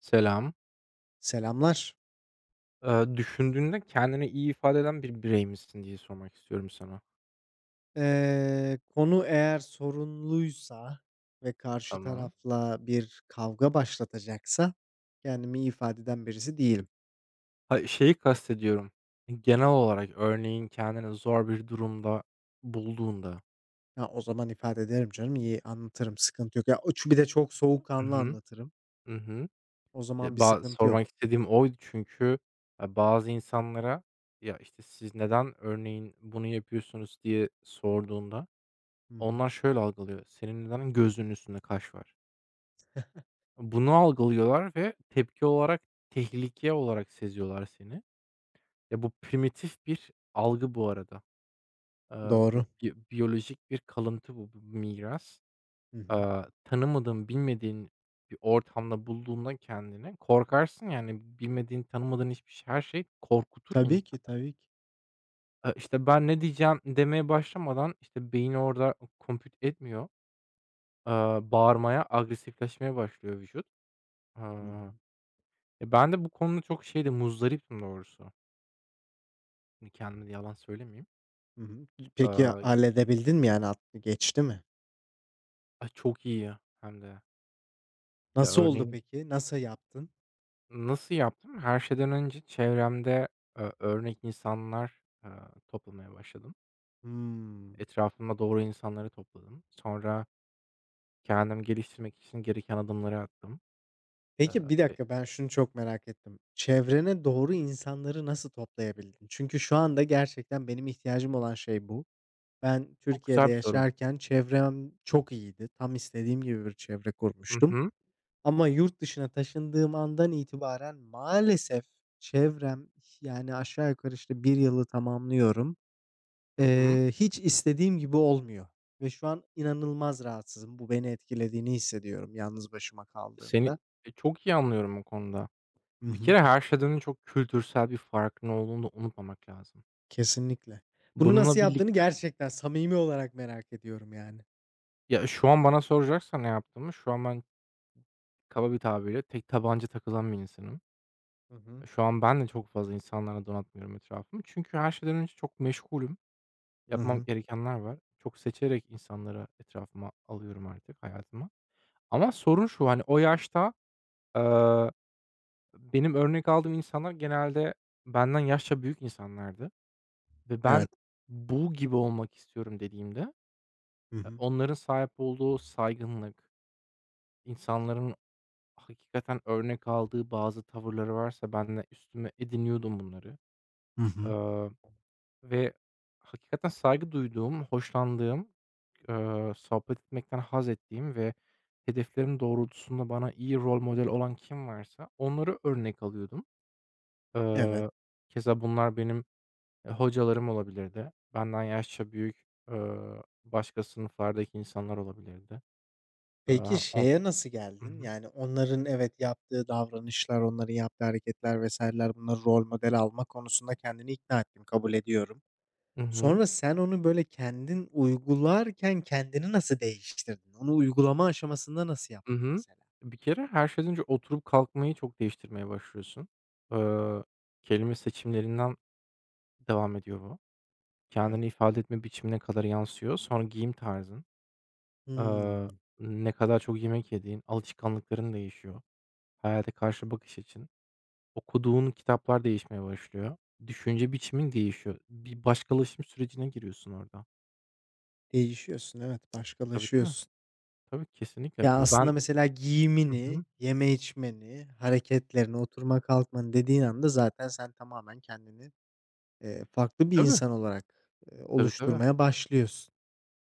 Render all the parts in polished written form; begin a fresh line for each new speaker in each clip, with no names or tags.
Selam.
Selamlar.
Düşündüğünde kendini iyi ifade eden bir birey misin diye sormak istiyorum sana.
Konu eğer sorunluysa ve karşı
Tamam.
tarafla bir kavga başlatacaksa kendimi iyi ifade eden birisi değilim.
Ha, şeyi kastediyorum, genel olarak örneğin kendini zor bir durumda bulduğunda.
Ha, o zaman ifade ederim canım, iyi anlatırım, sıkıntı yok. Ya, o çu bir de çok
Hı
soğukkanlı
hı.
anlatırım.
Hı hı.
O zaman
Ya,
bir
ba
sıkıntı yok.
sormak istediğim oydu çünkü bazı insanlara, "Ya, işte, siz neden örneğin bunu yapıyorsunuz?" diye sorduğunda
Hı hı.
onlar şöyle algılıyor, "Senin neden gözünün üstünde kaş var?" Bunu algılıyorlar ve tepki olarak, tehlike olarak seziyorlar seni. Ya, bu primitif bir algı bu arada. Bu
Doğru.
biyolojik bir kalıntı bu, bu miras.
Hı hı.
Tanımadığın, bilmediğin bir ortamda bulduğunda kendini korkarsın, yani, bilmediğin, tanımadığın hiçbir şey, her şey korkutur insanı.
Tabii ki, tabii ki.
İşte, "Ben ne diyeceğim?" demeye başlamadan, işte, beyin orada compute etmiyor. Bağırmaya, agresifleşmeye başlıyor vücut.
Hı hı.
Aaa, Ben de bu konuda çok şeyde muzdariptim doğrusu. Şimdi kendime de yalan söylemeyeyim.
Hı hı. Peki
Aaa,
halledebildin mi yani, geçti mi?
Ay, çok iyi hem de. Ya,
Nasıl oldu
örneğin
peki? Nasıl yaptın?
nasıl yaptım? Her şeyden önce çevremde, örnek insanlar, toplamaya başladım.
Hımm.
Etrafıma doğru insanları topladım. Sonra kendim geliştirmek için gereken adımları attım, eee,
Peki, bir
ve
dakika, ben şunu çok merak ettim. Çevrene doğru insanları nasıl toplayabildin? Çünkü şu anda gerçekten benim ihtiyacım olan şey bu. Ben
çok
Türkiye'de
güzel bir soru.
yaşarken çevrem çok iyiydi. Tam istediğim gibi bir çevre
Hı
kurmuştum
hı.
ama yurt dışına taşındığım andan itibaren maalesef çevrem, yani, aşağı yukarı, işte, bir yılı tamamlıyorum.
Hı hı.
Hiç istediğim gibi olmuyor ve şu an inanılmaz rahatsızım. Bu beni etkilediğini hissediyorum yalnız başıma
Seni,
kaldığımda.
çok iyi anlıyorum o konuda.
Hı
Bir
hı.
kere her şeyden önce çok kültürsel bir farkın olduğunu da unutmamak lazım.
Kesinlikle. Bunu nasıl
Bununla
yaptığını
birlikte,
gerçekten samimi olarak merak ediyorum yani.
ya, şu an bana soracaksan ne yaptığımı, şu an ben kaba bir tabirle tek tabanca takılan bir insanım.
Hı hı.
Şu an ben de çok fazla insanlara donatmıyorum etrafımı. Çünkü her şeyden önce çok meşgulüm.
Hı
Yapmam
hı.
gerekenler var. Çok seçerek insanlara etrafıma alıyorum artık hayatıma. Ama sorun şu, hani, o yaşta, eee, benim örnek aldığım insanlar genelde benden yaşça büyük insanlardı ve ben
Evet.
"Bu gibi olmak istiyorum." dediğimde,
Hı hı.
onların sahip olduğu saygınlık, insanların hakikaten örnek aldığı bazı tavırları varsa ben de üstüme ediniyordum bunları.
Hı hı.
Ve hakikaten saygı duyduğum, hoşlandığım, sohbet etmekten haz ettiğim ve hedeflerim doğrultusunda bana iyi rol model olan kim varsa onları örnek alıyordum.
Evet.
Eee, Keza bunlar benim, hocalarım olabilirdi. Benden yaşça büyük, başka sınıflardaki insanlar olabilirdi.
Peki
On
şeye nasıl
Hı
geldin?
hı.
Yani onların evet yaptığı davranışlar, onların yaptığı hareketler vesaireler bunları rol model alma konusunda kendini ikna ettim, kabul ediyorum.
Hı hı.
Sonra sen onu böyle kendin uygularken kendini nasıl değiştirdin? Onu uygulama aşamasında nasıl
Hı
yaptın
hı.
mesela?
Bir kere her şeyden önce oturup kalkmayı çok değiştirmeye başlıyorsun.
Hı hı.
Eee, Kelime seçimlerinden devam ediyor bu.
Evet.
Kendini ifade etme biçimine kadar yansıyor. Sonra giyim tarzın,
Hımm.
eee, ne kadar çok yemek yediğin, alışkanlıkların değişiyor. Hayata karşı bakış açın, okuduğun kitaplar değişmeye başlıyor. Düşünce biçimin değişiyor. Bir başkalaşım sürecine giriyorsun orada.
Değişiyorsun, evet,
Tabii, tabii.
başkalaşıyorsun.
Tabii, kesinlikle
Ya,
ve
aslında
ben.
mesela
Hı hı.
giyimini, yeme içmeni, hareketlerini, oturma kalkmanı dediğin anda zaten sen tamamen kendini, farklı bir
Tabii,
insan olarak,
tabii, tabii.
oluşturmaya başlıyorsun.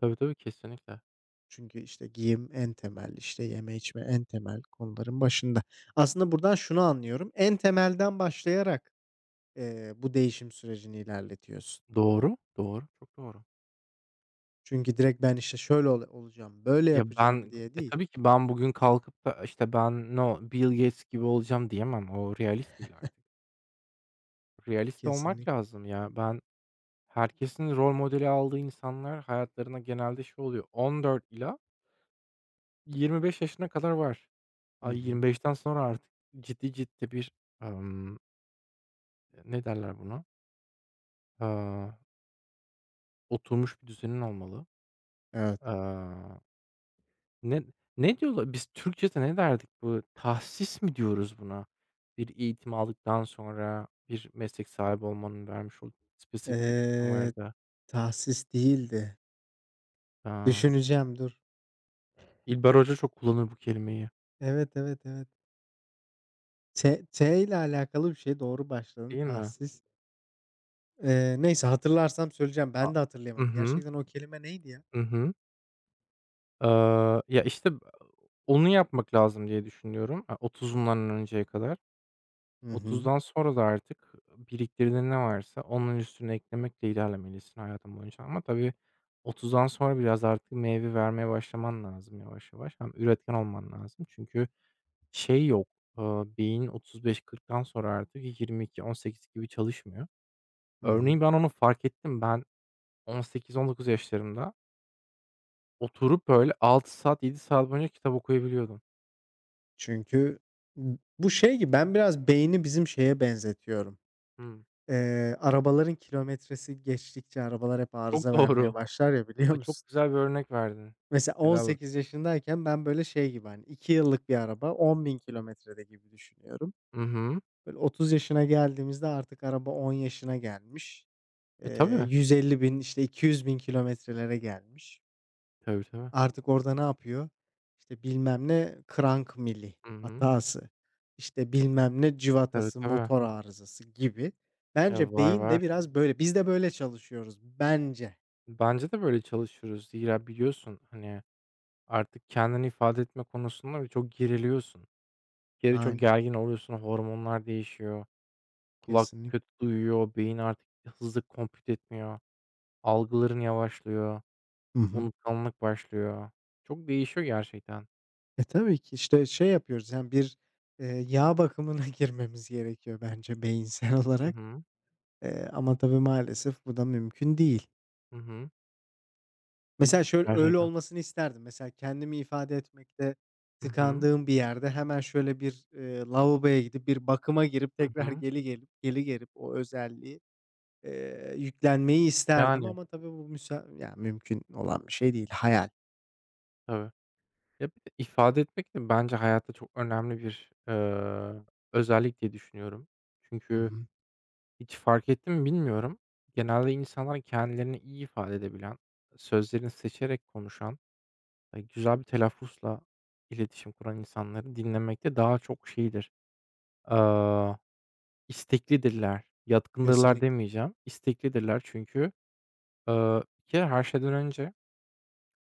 Tabii, tabii, kesinlikle.
Çünkü, işte, giyim en temel, işte, yeme içme en temel konuların başında. Aslında buradan şunu anlıyorum, en temelden başlayarak, bu değişim sürecini ilerletiyorsun.
Doğru, doğru, çok doğru.
Çünkü direkt ben, işte, şöyle olacağım, böyle
Ya,
yapacağım
ben...
diye değil.
Tabii ki ben bugün kalkıp da, işte, ben, no, Bill Gates gibi olacağım diyemem. O realist değil artık. Realist olmak
Kesinlikle.
lazım ya. Ben herkesin rol modeli aldığı insanlar hayatlarına genelde şey oluyor. 14 ila 25 yaşına kadar var.
Hı
Ay
hı.
25'ten sonra artık ciddi ciddi bir, emm, ne derler buna? Aaa, Oturmuş bir düzenin olmalı.
Evet. Evet.
Aaa, ne ne diyorlar? Biz Türkçede ne derdik bu? Tahsis mi diyoruz buna? Bir eğitim aldıktan sonra bir meslek sahibi olmanın vermiş olduğu spesifik bir isim vardı.
Tahsis değildi.
Aaa,
Düşüneceğim dur.
İlber Hoca çok kullanır bu kelimeyi.
Evet, evet, evet. T T ile alakalı bir şey doğru başladın.
Değil mi?
Tahsis. Neyse hatırlarsam söyleyeceğim.
A
Ben de
Hı
hatırlayamadım.
hı.
Gerçekten o kelime neydi ya?
Hı hı. Ya, işte, onu yapmak lazım diye düşünüyorum, 30'umdan önceye kadar.
Hı hı.
30'dan sonra da artık biriktirdiğin ne varsa onun üstüne eklemekle ilerlemelisin hayatın boyunca ama tabii 30'dan sonra biraz artık meyve vermeye başlaman lazım yavaş yavaş. Hem üretken olman lazım çünkü şey yok, eee, beyin 35-40'tan sonra artık 22-18 gibi çalışmıyor.
Hı hı.
Örneğin ben onu fark ettim. Ben 18-19 yaşlarımda oturup böyle 6 saat, 7 saat boyunca kitap okuyabiliyordum.
Çünkü bu şey gibi ben biraz beyni bizim şeye benzetiyorum.
Hımm.
Arabaların kilometresi geçtikçe arabalar hep
Çok
arıza vermeye
doğru.
başlar ya biliyor
Ay, çok
musun?
güzel bir örnek verdin.
Mesela
Helal olsun.
18 yaşındayken ben böyle şey gibi hani 2 yıllık bir araba 10 bin kilometrede gibi düşünüyorum.
Hı hı.
Böyle 30 yaşına geldiğimizde artık araba 10 yaşına gelmiş.
E, tabii.
150 bin işte 200 bin kilometrelere gelmiş.
Tabii, tabii.
Artık orada ne yapıyor? İşte bilmem ne crank mili
Hı hı.
hatası, işte bilmem ne
Tabii,
civatası,
tabii.
motor arızası gibi.
Ya,
Bence
var,
beyin de
var.
biraz böyle. Biz de böyle çalışıyoruz bence.
Bence de böyle çalışıyoruz. Zira biliyorsun, hani, artık kendini ifade etme konusunda çok geriliyorsun. Bir kere çok
Aynen.
gergin oluyorsun, hormonlar değişiyor, kulak
Kesinlikle.
kötü duyuyor, beyin artık hızlı compute etmiyor, algıların yavaşlıyor,
Hı hı.
unutkanlık başlıyor. Çok değişiyor gerçekten.
E, tabii ki işte şey yapıyoruz yani bir, yağ bakımına girmemiz gerekiyor bence beyinsel
Hı
olarak.
hı.
Ama tabii maalesef bu da mümkün değil.
Hı hı.
Mesela
İlginç
öyle
gerçekten.
olmasını isterdim. Mesela kendimi ifade etmekte
Hı hı.
tıkandığım bir yerde hemen şöyle bir, lavaboya gidip bir bakıma girip
Hı
tekrar
hı.
geri gelip o özelliği, yüklenmeyi isterdim
Yani,
ama tabii bu mümkün olan bir şey değil. Hayal.
tabii. Ya, bir de ifade etmek de bence hayatta çok önemli bir, özellik diye düşünüyorum.
Hı
Çünkü
hı.
hiç fark ettin mi bilmiyorum. Genelde insanlar kendilerini iyi ifade edebilen, sözlerini seçerek konuşan, güzel bir telaffuzla iletişim kuran insanları dinlemekte daha çok şeydir, eee, isteklidirler, yatkındırlar
Kesinlikle.
demeyeceğim, isteklidirler çünkü, bir kere her şeyden önce...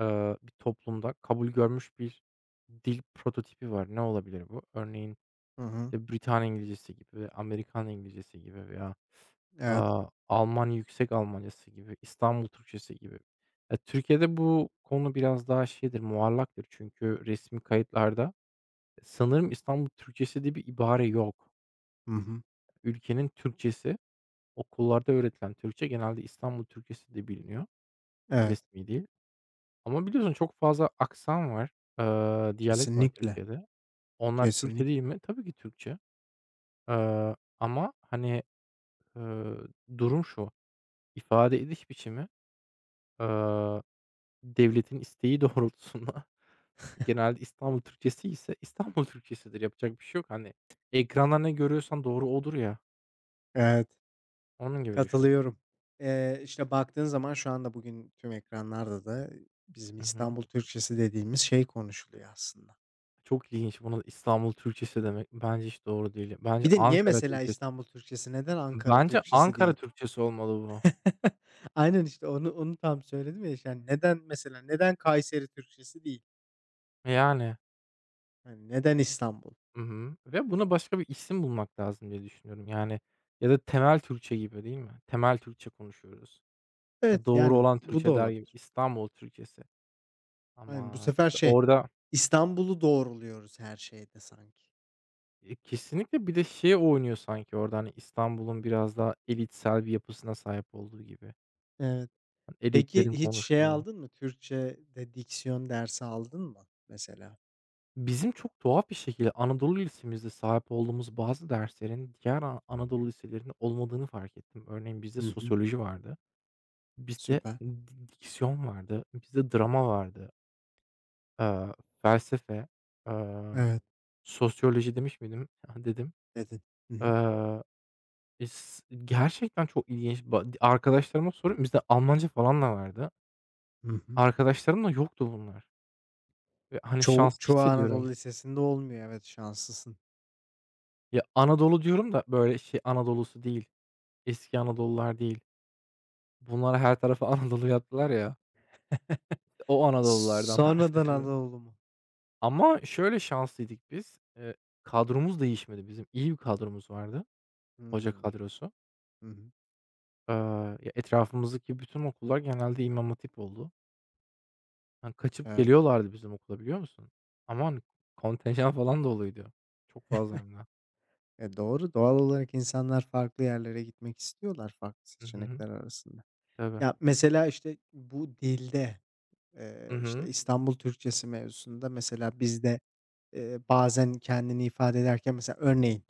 Bir toplumda kabul görmüş bir dil prototipi var. Ne olabilir bu? Örneğin,
Hı hı.
işte, Britanya İngilizcesi gibi, Amerikan İngilizcesi gibi veya,
Evet.
Alman Yüksek Almancası gibi, İstanbul Türkçesi gibi. Ya, Türkiye'de bu konu biraz daha şeydir, muallaktır çünkü resmi kayıtlarda sanırım İstanbul Türkçesi diye bir ibare yok.
Hı hı.
Ülkenin Türkçesi, okullarda öğretilen Türkçe genelde İstanbul Türkçesi diye biliniyor,
Evet.
resmi değil. Ama biliyorsun çok fazla aksan var, diyalekt var
Kesinlikle.
Türkiye'de. Onlar Türkçe değil
Kesinlikle.
mi? Tabii ki Türkçe. Ama, hani, eee, durum şu, ifade ediş biçimi, eee, devletin isteği doğrultusunda genelde İstanbul Türkçesi ise İstanbul Türkçesidir. Yapacak bir şey yok. Hani, ekranda ne görüyorsan doğru odur ya.
Evet.
Onun gibi düşün.
Katılıyorum. İşte, baktığın zaman şu anda bugün tüm ekranlarda da bizim
Hı hı.
İstanbul Türkçesi dediğimiz şey konuşuluyor aslında.
Çok ilginç. Buna İstanbul Türkçesi demek bence hiç doğru değil. Bence
Bir de niye
Ankara
mesela
Türkçesi.
İstanbul Türkçesi, neden Ankara
Bence
Türkçesi
Ankara
değil?
Türkçesi olmalı bu.
Aynen, işte, onu tam söyledim ya, yani, neden mesela, neden Kayseri Türkçesi değil?
Yani.
Hani, neden İstanbul?
Hı hı. Ve buna başka bir isim bulmak lazım diye düşünüyorum. Yani ya da temel Türkçe gibi değil mi? Temel Türkçe konuşuyoruz. Ha,
Evet,
doğru
yani,
olan
bu da
Türkçe der gibi.
olabilir.
İstanbul Türkçesi.
Yani bu
Ama
sefer
işte
şey,
orada...
İstanbul'u doğruluyoruz her şeyde sanki.
E, kesinlikle bir de şey oynuyor sanki orada hani İstanbul'un biraz daha elitsel bir yapısına sahip olduğu gibi.
Evet.
Hani
Peki
elitlerin
hiç şey
konuştuğu.
aldın mı, Türkçe'de diksiyon dersi aldın mı mesela?
Bizim çok tuhaf bir şekilde Anadolu lisemizde sahip olduğumuz bazı derslerin diğer Anadolu liselerinde olmadığını fark ettim. Örneğin bizde
Hı hı.
sosyoloji vardı. Bizde
Süper.
diksiyon vardı, bizde drama vardı, eee, felsefe, eee,
Evet,
sosyoloji demiş miydim? Dedim.
dedin. Hı hı.
Eee, is Gerçekten çok ilginç. Arkadaşlarıma soruyorum. Bizde Almanca falan da vardı.
Hı hı.
Arkadaşlarımda yoktu bunlar ve, hani,
Çoğu
şanslı
çoğu Anadolu
hissediyorum.
lisesinde olmuyor. Evet, şanslısın.
Ya, Anadolu diyorum da böyle şey Anadolu'su değil, eski Anadolular değil. Bunlara her tarafı Anadolu yaptılar ya, o Anadolulardan
Sonradan
bahsediyorum.
Anadolu mu?
Ama şöyle şanslıydık biz, kadromuz değişmedi bizim. İyi bir kadromuz vardı, hoca
Hımm.
kadrosu.
Hı hı.
Eee, Ya, etrafımızdaki bütün okullar genelde İmam Hatip oldu. Hani, kaçıp
Evet.
geliyorlardı bizim okula, biliyor musun? Aman, kontenjan falan doluydu. Çok fazla hem de.
E, doğru. Doğal olarak insanlar farklı yerlere gitmek istiyorlar farklı
Hı hı.
seçenekler arasında.
Tabii.
Ya, mesela, işte, bu dilde,
Hı
işte,
hı.
İstanbul Türkçesi mevzusunda mesela bizde, bazen kendini ifade ederken mesela örneğin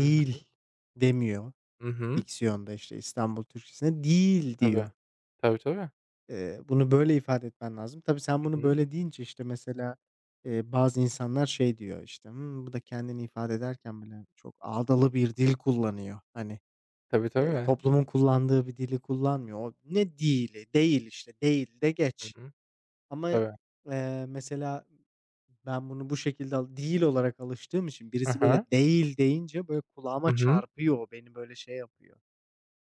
Hı hı.
demiyor.
Hı hı.
Diksiyonda, işte, İstanbul Türkçesinde "değil"
Tabii.
diyor.
Tabii, tabii.
Bunu böyle ifade etmen lazım. Tabii sen
Hı
bunu
hı.
böyle deyince, işte, mesela, bazı insanlar şey diyor, işte, "Hımm, bu da kendini ifade ederken bile çok ağdalı bir dil kullanıyor." Hani,
Tabii, tabii.
toplumun kullandığı bir dili kullanmıyor. O "Ne dili? Değil, işte, değil de
Hı
geç."
hı.
Ama,
Tabii.
mesela ben bunu bu şekilde al değil olarak alıştığım için
Hı
birisi böyle
hı.
"değil" deyince böyle
Hı
kulağıma
hı.
çarpıyor. O beni böyle şey yapıyor,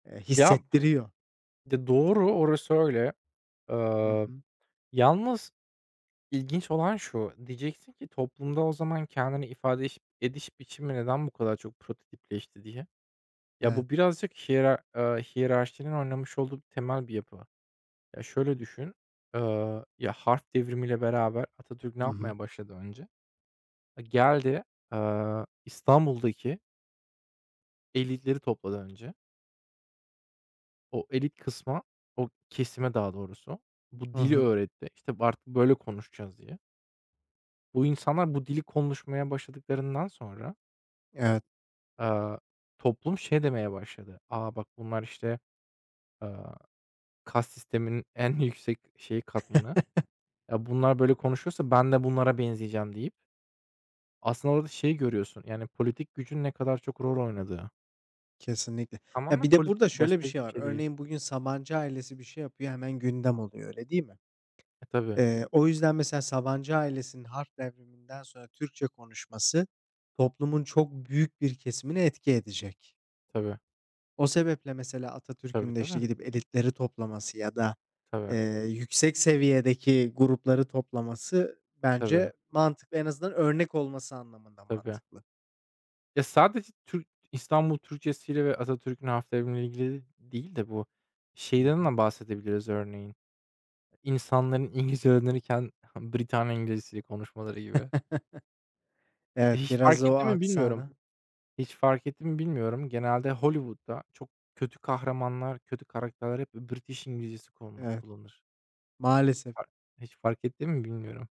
Ya,
hissettiriyor.
ya, doğru orası öyle.
Hı
Eee,
hı.
Yalnız İlginç olan şu, diyeceksin ki toplumda o zaman kendini ifade ediş biçimi neden bu kadar çok prototipleşti diye. Ya,
Evet.
bu birazcık hiyerarşinin oynamış olduğu temel bir yapı. Ya, şöyle düşün, ya, harf devrimiyle beraber Atatürk ne
Hı hı.
yapmaya başladı önce? E, geldi, İstanbul'daki elitleri topladı önce. O elit kısma, o kesime daha doğrusu bu
Hı
dili
hı.
öğretti. İşte, artık böyle konuşacağız diye. Bu insanlar bu dili konuşmaya başladıklarından sonra
Evet,
Aaa, toplum şey demeye başladı: "Aa bak bunlar işte, aaa, kas sisteminin en yüksek şeyi katmanı. Ya, bunlar böyle konuşuyorsa ben de bunlara benzeyeceğim." deyip aslında orada şeyi görüyorsun, yani, politik gücün ne kadar çok rol oynadığı.
kesinlikle. Ya,
Tamamen
bir de burada
politik,
şöyle bir
başka
şey
hiçbir
var.
şey değil.
Örneğin bugün Sabancı ailesi bir şey yapıyor, hemen gündem oluyor, öyle değil mi?
E, tabii,
O yüzden mesela Sabancı ailesinin Harf Devrimi'nden sonra Türkçe konuşması toplumun çok büyük bir kesimini etki edecek.
tabii,
O sebeple mesela
tabii,
Atatürk'ün de, işte,
tabii,
gidip elitleri toplaması ya da,
tabii,
yüksek seviyedeki grupları toplaması
tabii,
bence mantıklı. En azından örnek olması anlamında
tabii.
mantıklı.
Ya, sadece İstanbul Türkçesiyle ve Atatürk'ün haftalarıyla ilgili değil de bu
Hı
şeyden
hı.
de bahsedebiliriz örneğin. İnsanların İngilizce öğrenirken Britanya İngilizcesi konuşmaları gibi. E,
Evet,
hiç
biraz
fark
o
etti mi bilmiyorum.
aksanı.
Hiç fark etti mi bilmiyorum. Genelde Hollywood'da çok kötü kahramanlar, kötü karakterler hep British İngilizcesi
Evet,
kullanır. Hiç
maalesef,
fark Hiç fark ettin mi bilmiyorum.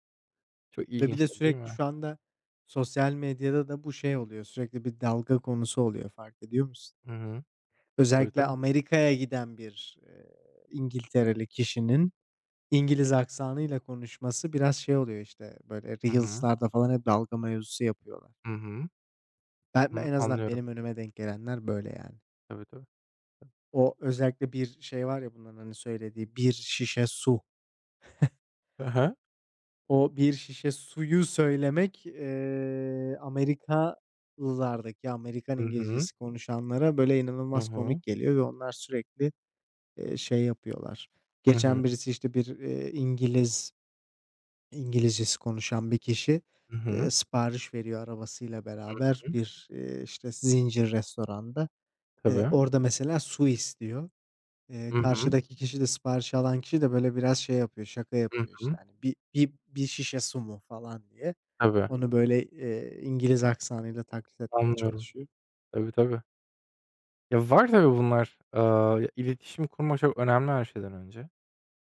Çok
ve bir de
ilginçtir değil
sürekli
mi?
şu anda sosyal medyada da bu şey oluyor, sürekli bir dalga konusu oluyor, fark ediyor musun?
Hı hı. Tabii,
Özellikle
tabii.
Amerika'ya giden bir, İngiltereli kişinin İngiliz aksanıyla konuşması biraz şey oluyor, işte, böyle
Hı hı.
reels'larda falan hep dalga mevzusu yapıyorlar.
Hı hı.
Ben ben-
Hı,
en azından
anlıyorum.
benim önüme denk gelenler böyle yani.
Tabii, tabii.
O özellikle bir şey var ya bunların, hani, söylediği, "bir şişe su." O bir şişe suyu söylemek, Amerikalılardaki, Amerikan İngilizcesi konuşanlara böyle
Hı
inanılmaz komik
hı.
geliyor ve onlar sürekli, şey yapıyorlar.
Hı hı.
Geçen birisi, işte, bir, İngiliz İngilizcesi konuşan bir kişi,
Hı hı. Hı hı.
sipariş veriyor arabasıyla
Hı
beraber
hı.
bir, işte, zincir restoranda.
Tabii.
Orada mesela su istiyor.
Hı hı.
Karşıdaki kişi de sipariş alan kişi de, böyle, biraz şey yapıyor, şaka
Hı
yapıyor, işte,
hı.
hani, "Bir bir bir şişe su mu?" falan diye.
Tabii.
Onu, böyle, İngiliz aksanıyla taklit etmeye
Anlıyorum.
çalışıyor.
Tabii, tabii. Ya, var tabii bunlar. İletişim kurmak çok önemli her şeyden önce.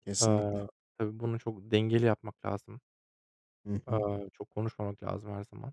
Kesinlikle.
Aaa, tabii bunu çok dengeli yapmak lazım.
Hı hı.
Çok konuşmamak lazım her zaman.